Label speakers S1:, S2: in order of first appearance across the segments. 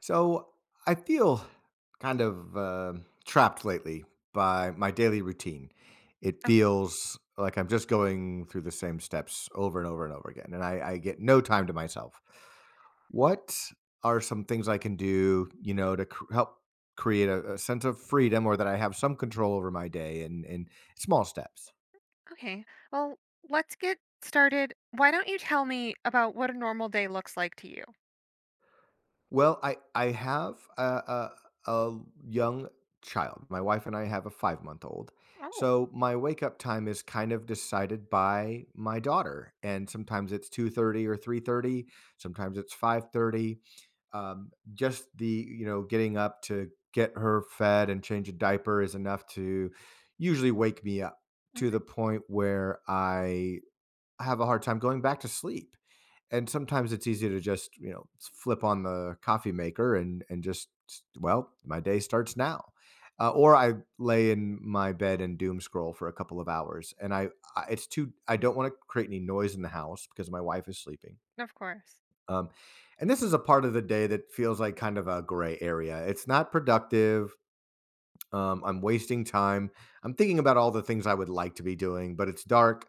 S1: So I feel kind of trapped lately by my daily routine. It
S2: Okay.
S1: feels like I'm just going through the same steps over and over and over again, and I get no time to myself. What are some things I can do, you know, to help create a sense of freedom or that I have some control over my day and in small steps?
S2: Okay. Well, let's get started. Why don't you tell me about what a normal day looks like to you?
S1: Well, I have a young child. My wife and I have a 5 month old.
S2: Oh,
S1: So my wake up time is kind of decided by my daughter, and sometimes it's 2:30 or 3:30. Sometimes it's 5:30. Just the you know getting up to get her fed and change a diaper is enough to usually wake me up to
S2: hmm.
S1: the point where I have a hard time going back to sleep, and sometimes it's easy to just you know flip on the coffee maker and just, well, my day starts now. Or I lay in my bed and doom scroll for a couple of hours, and I it's too I don't want to create any noise in the house because my wife is sleeping.
S2: Of course.
S1: um, and this is a part of the day that feels like kind of a gray area. It's not productive. I'm wasting time. I'm thinking about all the things I would like to be doing, but it's dark,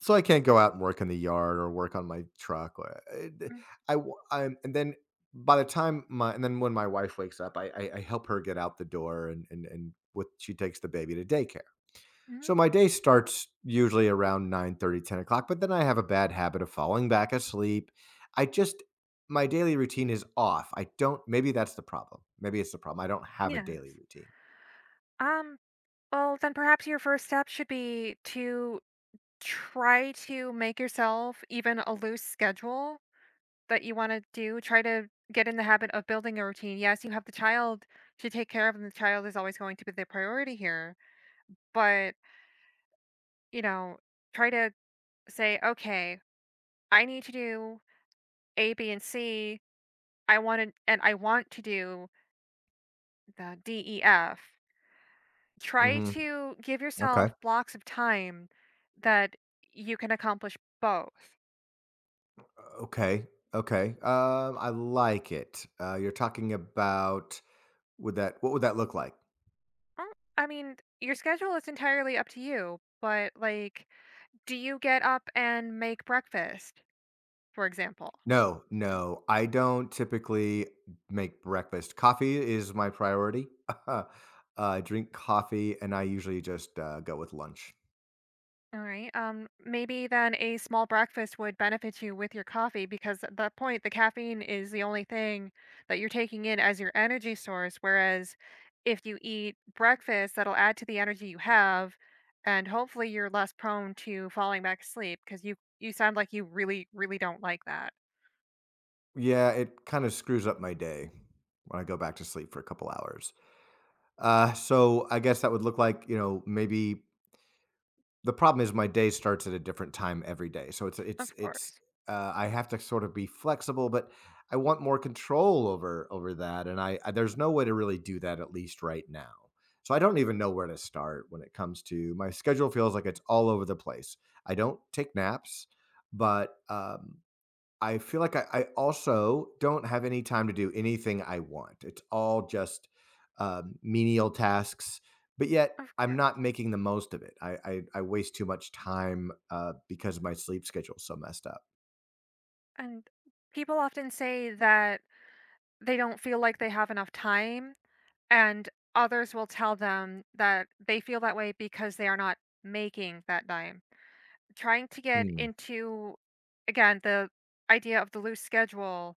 S1: so I can't go out and work in the yard or work on my truck. Or I w- I'm- and then by the time my and then when my wife wakes up, I help her get out the door and with she takes the baby to daycare.
S2: Mm-hmm.
S1: So my day starts usually around 9:30, 10 o'clock, but then I have a bad habit of falling back asleep. I just, my daily routine is off. I don't maybe that's the problem. Maybe it's the problem. I don't have a daily
S2: Yes.
S1: routine.
S2: um, well, then perhaps your first step should be to try to make yourself even a loose schedule that you want to do. Try to get in the habit of building a routine. Yes, you have the child to take care of, and the child is always going to be the priority here. But, you know, try to say, okay, I need to do A, B, and C. I wanted and I want to do the D, E, F. Try
S1: Hmm.
S2: to give
S1: Okay.
S2: yourself blocks of time that you can accomplish both.
S1: Okay. Okay. I like it. You're talking about would that What would that look like?
S2: Oh, I mean, your schedule is entirely up to you, but like, do you get up and make breakfast, for example?
S1: No, no, I don't typically make breakfast. Coffee is my priority. uh, I drink coffee, and I usually just go with lunch.
S2: All right. Maybe then a small breakfast would benefit you with your coffee, because at that point, the caffeine is the only thing that you're taking in as your energy source. Whereas if you eat breakfast, that'll add to the energy you have, and hopefully you're less prone to falling back asleep because you sound like you really, really don't like that.
S1: Yeah, it kind of screws up my day when I go back to sleep for a couple hours. So I guess that would look like you know maybe. The problem is my day starts at a different time every day. So
S2: Of
S1: it's
S2: course.
S1: I have to sort of be flexible, but I want more control over that, and I there's no way to really do that, at least right now. So I don't even know where to start when it comes to my schedule. Feels like it's all over the place. I don't take naps, but I feel like I also don't have any time to do anything I want. It's all just, menial tasks, but yet
S2: Of
S1: I'm
S2: course.
S1: not making the most of it. I waste too much time, because my sleep schedule's so messed up.
S2: And people often say that they don't feel like they have enough time, and others will tell them that they feel that way because they are not making that dime. Trying to get
S1: Hmm.
S2: into, again, the idea of the loose schedule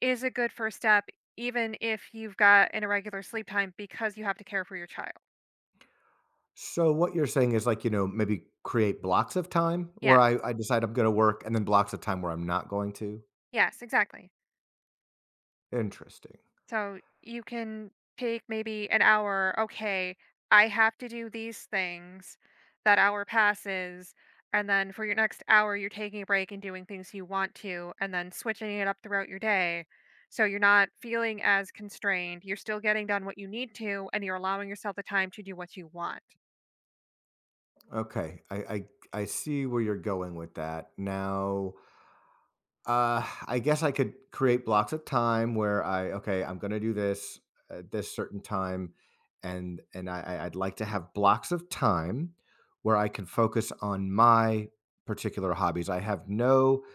S2: is a good first step, even if you've got an irregular sleep time because you have to care for your child.
S1: So what you're saying is, like, you know, maybe create blocks of time
S2: Yeah.
S1: where I decide I'm gonna work, and then blocks of time where I'm not going to?
S2: Yes, exactly.
S1: Interesting.
S2: So you can take maybe an hour. Okay, I have to do these things. That hour passes. And then for your next hour, you're taking a break and doing things you want to, and then switching it up throughout your day. So you're not feeling as constrained. You're still getting done what you need to, and you're allowing yourself the time to do what you want.
S1: Okay. I I see where you're going with that. Now, I guess I could create blocks of time where I, okay, I'm gonna do this at this certain time, and I'd like to have blocks of time where I can focus on my particular hobbies. I have no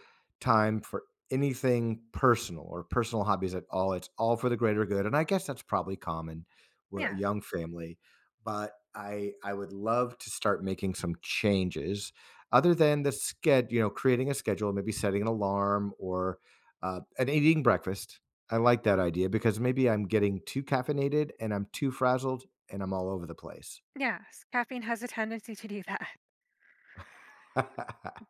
S1: time for anything personal or personal hobbies at all. It's all for the greater good, and I guess that's probably common with a
S2: Yes.
S1: young family. But I would love to start making some changes other than the sched you know, creating a schedule, maybe setting an alarm, or and eating breakfast. I like that idea, because maybe I'm getting too caffeinated and I'm too frazzled and I'm all over the place.
S2: Yes. Caffeine has a tendency to do that.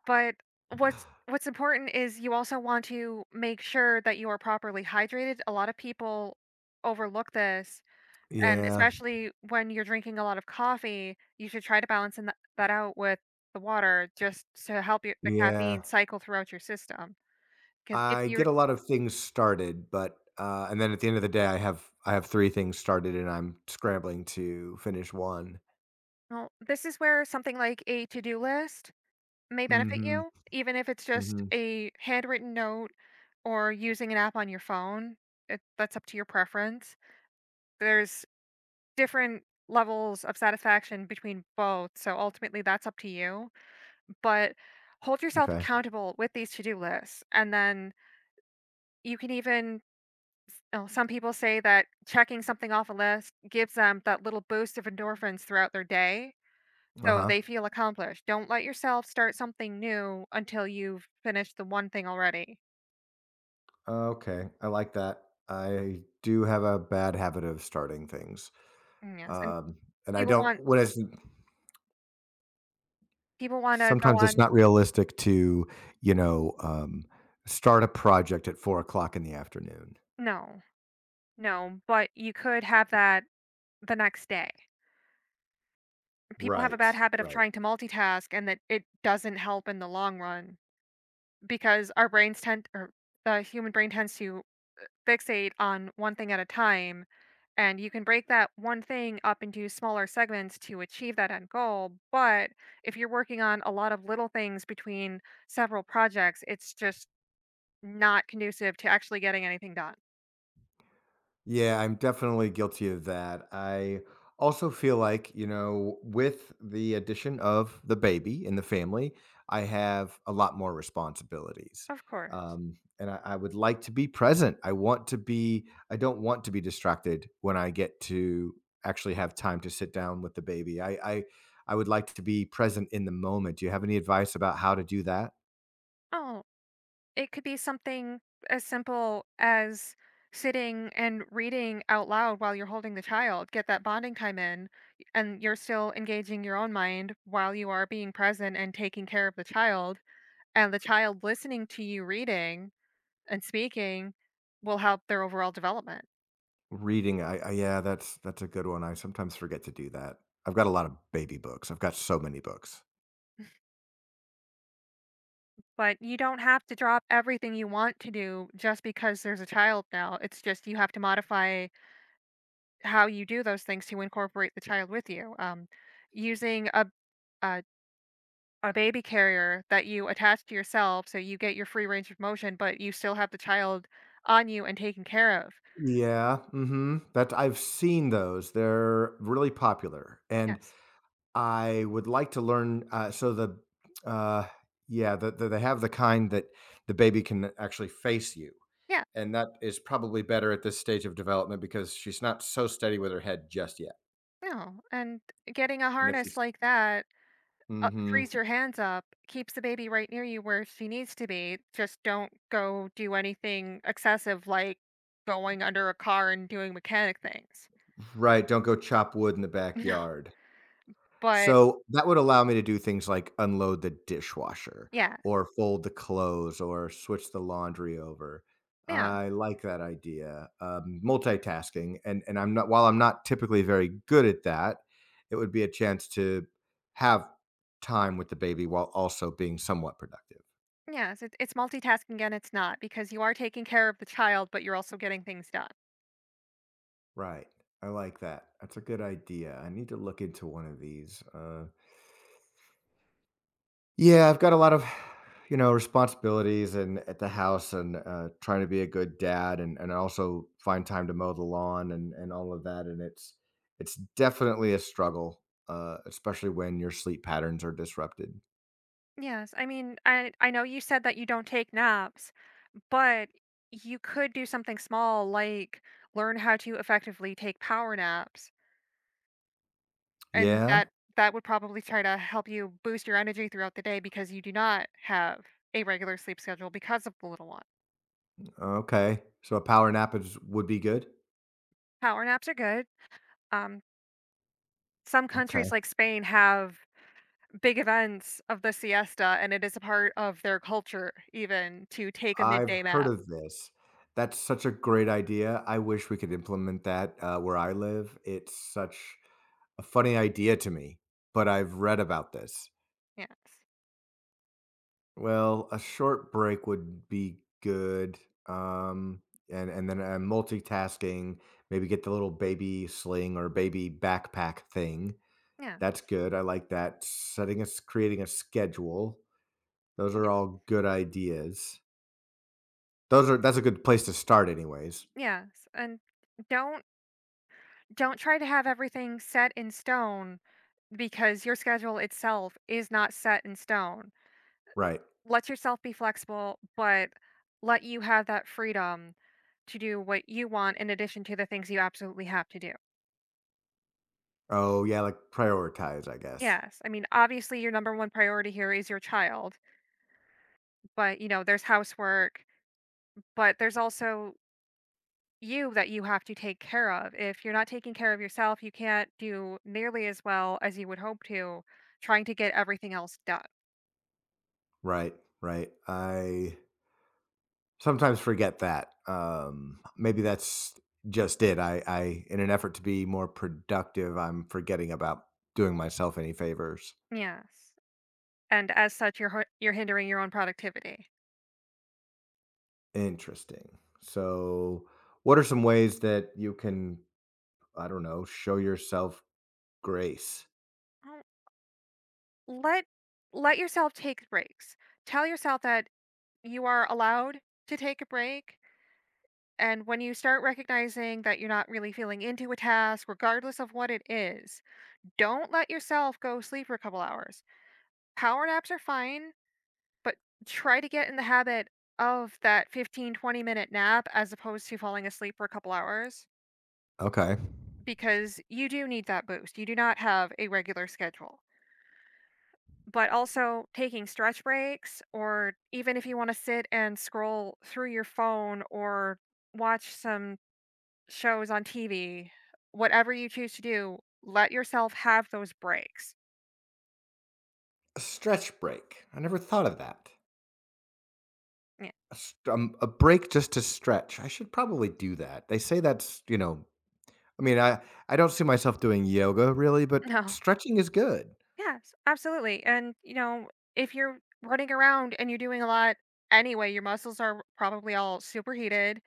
S2: But what's important is you also want to make sure that you are properly hydrated. A lot of people overlook this, and
S1: Yeah,
S2: especially when you're drinking a lot of coffee, you should try to balance in that out with the water just to help your, the caffeine
S1: yeah.
S2: cycle throughout your system. Because if
S1: I get
S2: you're,
S1: a lot of things started, but, uh, and then at the end of the day, I have 3 things started and I'm scrambling to finish 1.
S2: well, this is where something like a to do list may benefit
S1: Mhm,
S2: you, even if it's just
S1: mhm.
S2: a handwritten note or using an app on your phone. It, that's up to your preference. There's different levels of satisfaction between both, so ultimately that's up to you, but hold yourself
S1: Okay.
S2: accountable with these to-do lists, and then you can even s oh, some people say that checking something off a list gives them that little boost of endorphins throughout their day, so
S1: Uh-huh.
S2: they feel accomplished. Don't let yourself start something new until you've finished the one thing already.
S1: Okay, I like that. I do have a bad habit of starting things.
S2: Mm, yes, and
S1: Um, and I
S2: people
S1: don't
S2: want
S1: what is
S2: people wanna go
S1: Sometimes it's
S2: on.
S1: not realistic to, you know, start a project at 4 o'clock in the afternoon.
S2: No, no, but you could have that the next day. People have a
S1: Right,
S2: bad habit of
S1: right.
S2: trying to multitask, and that it doesn't help in the long run because our brains tend or the human brain tends to fixate on one thing at a time, and you can break that one thing up into smaller segments to achieve that end goal. But if you're working on a lot of little things between several projects, it's just not conducive to actually getting anything done.
S1: Yeah, I'm definitely guilty of that. I also feel like, you know, with the addition of the baby in the family, I have a lot more responsibilities.
S2: Of course.
S1: Um, and I would like to be present. I don't want to be distracted when I get to actually have time to sit down with the baby. I would like to be present in the moment. Do you have any advice about how to do that?
S2: Oh, it could be something as simple as sitting and reading out loud while you're holding the child. Get that bonding time in, y- and you're still engaging your own mind while you are being present and taking care of the child. And the child listening to you reading and speaking will help their overall development.
S1: Reading, I yeah, that's a good one, I sometimes forget to do that. I've got a lot of baby books, I've got so many books.
S2: But you don't have to drop everything you want to do just because there's a child now. It's just you have to modify how you do those things to incorporate the child with you. Using uh, a baby carrier that you attach to yourself, so you get your free range of motion, but you still have the child on you and taken care of.
S1: Yeah, mhm, that I've seen those, they're really popular, and
S2: Yes.
S1: I would like to learn, so the uh, yeah, the they have the kind that the baby can actually face you,
S2: Yeah.
S1: and that is probably better at this stage of development because she's not so steady with her head just yet,
S2: No. And getting a
S1: and if
S2: harness
S1: she's
S2: like that
S1: mhm,
S2: frees your hands up, keeps the baby right near you where she needs to be. Just don't go do anything excessive like going under a car and doing mechanic things.
S1: right, don't go chop wood in the
S2: No.
S1: backyard.
S2: But
S1: So, that would allow me to do things like unload the dishwasher
S2: yeah.
S1: or fold the clothes or switch the laundry over.
S2: Yeah.
S1: I like that idea. Multitasking, and I'm not, while I'm not typically very good at that, it would be a chance to have time with the baby while also being somewhat productive.
S2: Yes, it, it's multitasking and it's not, because you are taking care of the child, but you're also getting things done.
S1: Right. I like that. That's a good idea. I need to look into one of these. Yeah, I've got a lot of, you know, responsibilities and at the house, and trying to be a good dad and also find time to mow the lawn and all of that, and it's definitely a struggle, especially when your sleep patterns are disrupted.
S2: Yes, I mean, I know you said that you don't take naps, but you could do something small like learn how to effectively take power naps, and
S1: Yeah.
S2: that would probably try to help you boost your energy throughout the day because you do not have a regular sleep schedule because of the little one.
S1: Okay. So a power nap is Would be good.
S2: Power naps are good. Um, some
S1: Okay.
S2: countries like Spain have big events of the siesta, and it is a part of their culture even to take a
S1: I've
S2: midday
S1: heard
S2: nap.
S1: of this. That's such a great idea. I wish we could implement that where I live. It's such a funny idea to me, but I've read about this.
S2: Yes.
S1: Well, a short break would be good. Um, and then multitasking, maybe get the little baby sling or baby backpack thing.
S2: Yeah.
S1: That's good. I like that. Setting us creating a schedule. Those
S2: Yeah.
S1: are all good ideas. Those are That's a good place to start, anyways.
S2: Yes. And don't— don't try to have everything set in stone because your schedule itself is not set in stone.
S1: Right.
S2: Let yourself be flexible, but let you have that freedom to do what you want in addition to the things you absolutely have to do.
S1: Oh yeah, like prioritize, I guess.
S2: Yes. I mean, obviously, your number one priority here is your child, but you know, there's housework, but there's also you that you have to take care of. If you're not taking care of yourself, you can't do nearly as well as you would hope to trying to get everything else done.
S1: Right. Right. I sometimes forget that. Maybe that's just it. In an effort to be more productive, I'm forgetting about doing myself any favors.
S2: Yes. And as such, you're hindering your own productivity.
S1: Interesting. So, what are some ways that you can, I don't know, show yourself grace?
S2: Um, let— let yourself take breaks. Tell yourself that you are allowed to take a break, and when you start recognizing that you're not really feeling into a task, regardless of what it is, don't let yourself go sleep for a couple hours. Power naps are fine, but try to get in the habit of that 15-20 minute nap as opposed to falling asleep for a couple hours,
S1: Okay.
S2: because you do need that boost. You do not have a regular schedule. But also taking stretch breaks, or even if you wanna sit and scroll through your phone or watch some shows on TV, whatever you choose to do, let yourself have those breaks.
S1: A stretch break. I never thought of that.
S2: Yeah.
S1: A break just to stretch. I should probably do that. They say that's, you know, I mean, I don't see myself doing yoga really, but
S2: No.
S1: stretching is good.
S2: Yes, absolutely, and, you know, if you're running around and you're doing a lot anyway, your muscles are probably all superheated,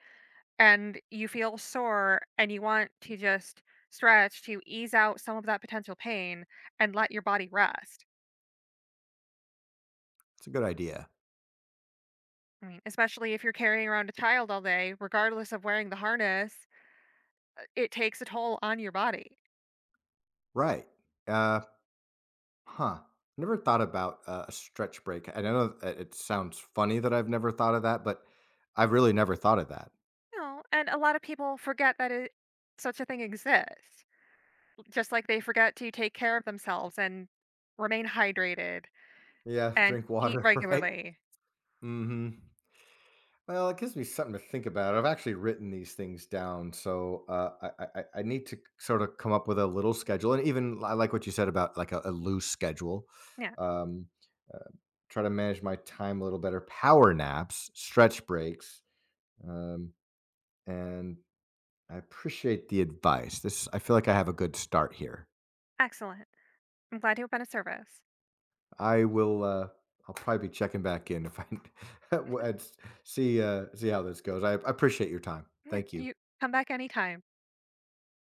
S2: and you feel sore, and you want to just stretch to ease out some of that potential pain and let your body rest.
S1: It's a good idea.
S2: Mm. Especially if you're carrying around a child all day, regardless of wearing the harness, it takes a toll on your body.
S1: Right. Uh, huh. Never thought about a stretch break. I know that it sounds funny that I've never thought of that, but I've really never thought of that.
S2: You know, and a lot of people forget that it, such a thing exists. Just like they forget to take care of themselves and remain hydrated
S1: Yeah,
S2: and
S1: drink
S2: eat
S1: water, right?
S2: regularly.
S1: Hmm. Well, it gives me something to think about. I've actually written these things down, so I need to sort of come up with a little schedule. And even I like what you said about like a loose schedule.
S2: Yeah,
S1: Um, uh, Try to manage my time a little better. Power naps, stretch breaks, um, and I appreciate the advice. This I feel like I have a good start here.
S2: excellent. I'm glad to have been of service.
S1: I will I'll probably be checking back in if I and see see how this goes. I appreciate your time.
S2: Yeah,
S1: Thank you.
S2: you come back anytime.